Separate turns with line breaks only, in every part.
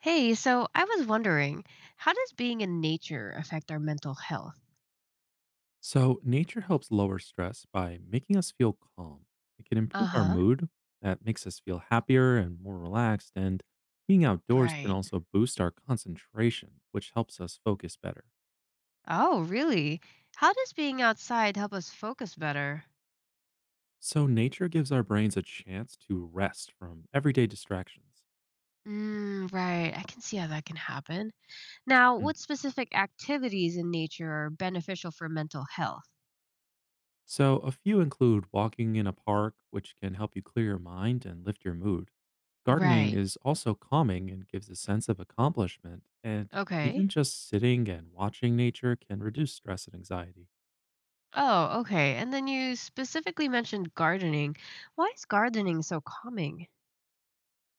Hey, so I was wondering, how does being in nature affect our mental health?
So, nature helps lower stress by making us feel calm. It can
Uh
improve our
huh.
mood. That makes us feel happier and more relaxed. And being outdoors can
Right.
also boost our concentration, which helps us focus better.
Oh, really? How does being outside help us focus better?
So, nature gives our brains a chance to rest from everyday distractions.
Mm, right. I can see how that can happen. Now, what specific activities in nature are beneficial for mental health?
So, a few include walking in a park, which can help you clear your mind and lift your mood. Gardening
Right.
is also calming and gives a sense of accomplishment, and
Okay.
even just sitting and watching nature can reduce stress and anxiety.
Oh, okay. And then you specifically mentioned gardening. Why is gardening so calming?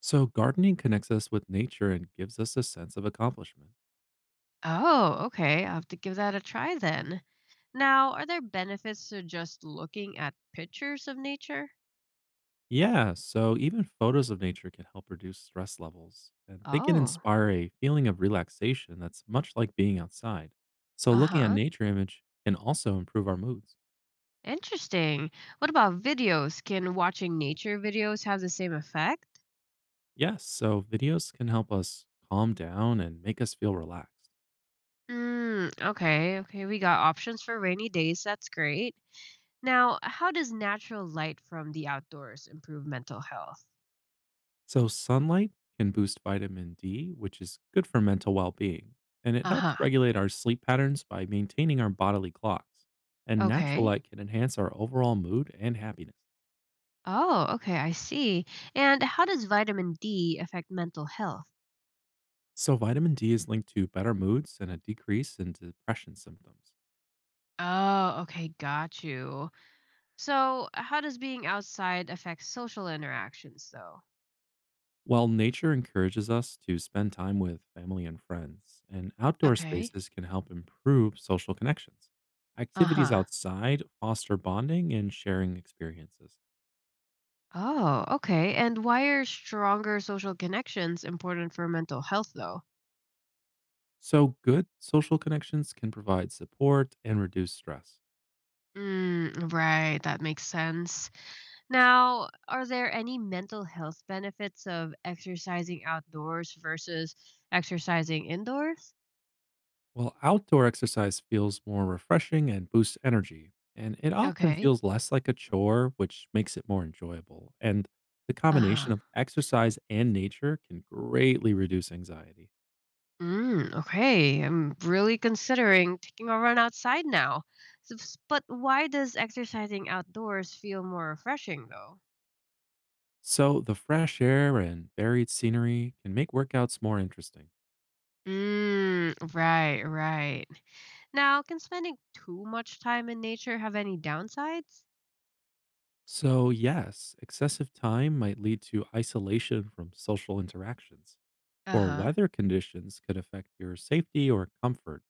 So, gardening connects us with nature and gives us a sense of accomplishment.
Oh, okay. I'll have to give that a try then. Now, are there benefits to just looking at pictures of nature?
Yeah, so even photos of nature can help reduce stress levels, and they can
Oh,
inspire a feeling of relaxation that's much like being outside. So,
uh
looking at
huh.
nature image can also improve our moods.
Interesting. What about videos? Can watching nature videos have the same effect?
Yes, so videos can help us calm down and make us feel relaxed.
Mm, okay, okay. We got options for rainy days. That's great. Now, how does natural light from the outdoors improve mental health?
So, sunlight can boost vitamin D, which is good for mental well being, and it
Uh
helps
huh.
regulate our sleep patterns by maintaining our bodily clocks. And natural
Okay.
light can enhance our overall mood and happiness.
Oh, okay. I see. And how does vitamin D affect mental health?
So, vitamin D is linked to better moods and a decrease in depression symptoms.
Oh, okay, got you. So, how does being outside affect social interactions, though?
While nature encourages us to spend time with family and friends, and outdoor
Okay.
spaces can help improve social connections.
Uh
Activities
huh.
outside foster bonding and sharing experiences.
Oh, okay. And why are stronger social connections important for mental health, though?
So, good social connections can provide support and reduce stress,
Mm, right. That makes sense. Now, are there any mental health benefits of exercising outdoors versus exercising indoors?
while outdoor exercise feels more refreshing and boosts energy. And it often
Okay.
feels less like a chore, which makes it more enjoyable. And the
Uh
combination
huh.
of exercise and nature can greatly reduce anxiety.
Mm, okay, I'm really considering taking a run outside now. But why does exercising outdoors feel more refreshing, though?
So, the fresh air and varied scenery can make workouts more interesting.
Mm, right, right. Now, can spending too much time in nature have any downsides?
So, yes, excessive time might lead to isolation from social interactions,
Uh
or
huh.
weather conditions could affect your safety or comfort.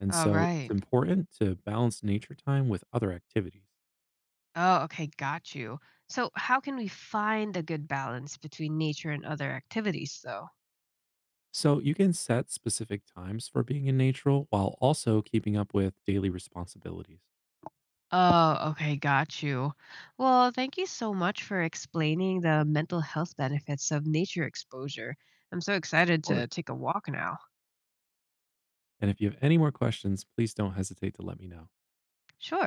And
All
so, it's
right.
important to balance nature time with other activities.
Oh, okay, got you. So, how can we find a good balance between nature and other activities, though?
So, you can set specific times for being in nature while also keeping up with daily responsibilities.
Oh, okay, got you. Well, thank you so much for explaining the mental health benefits of nature exposure. I'm so excited
Of
to
course.
take a walk now.
And if you have any more questions, please don't hesitate to let me know.
Sure.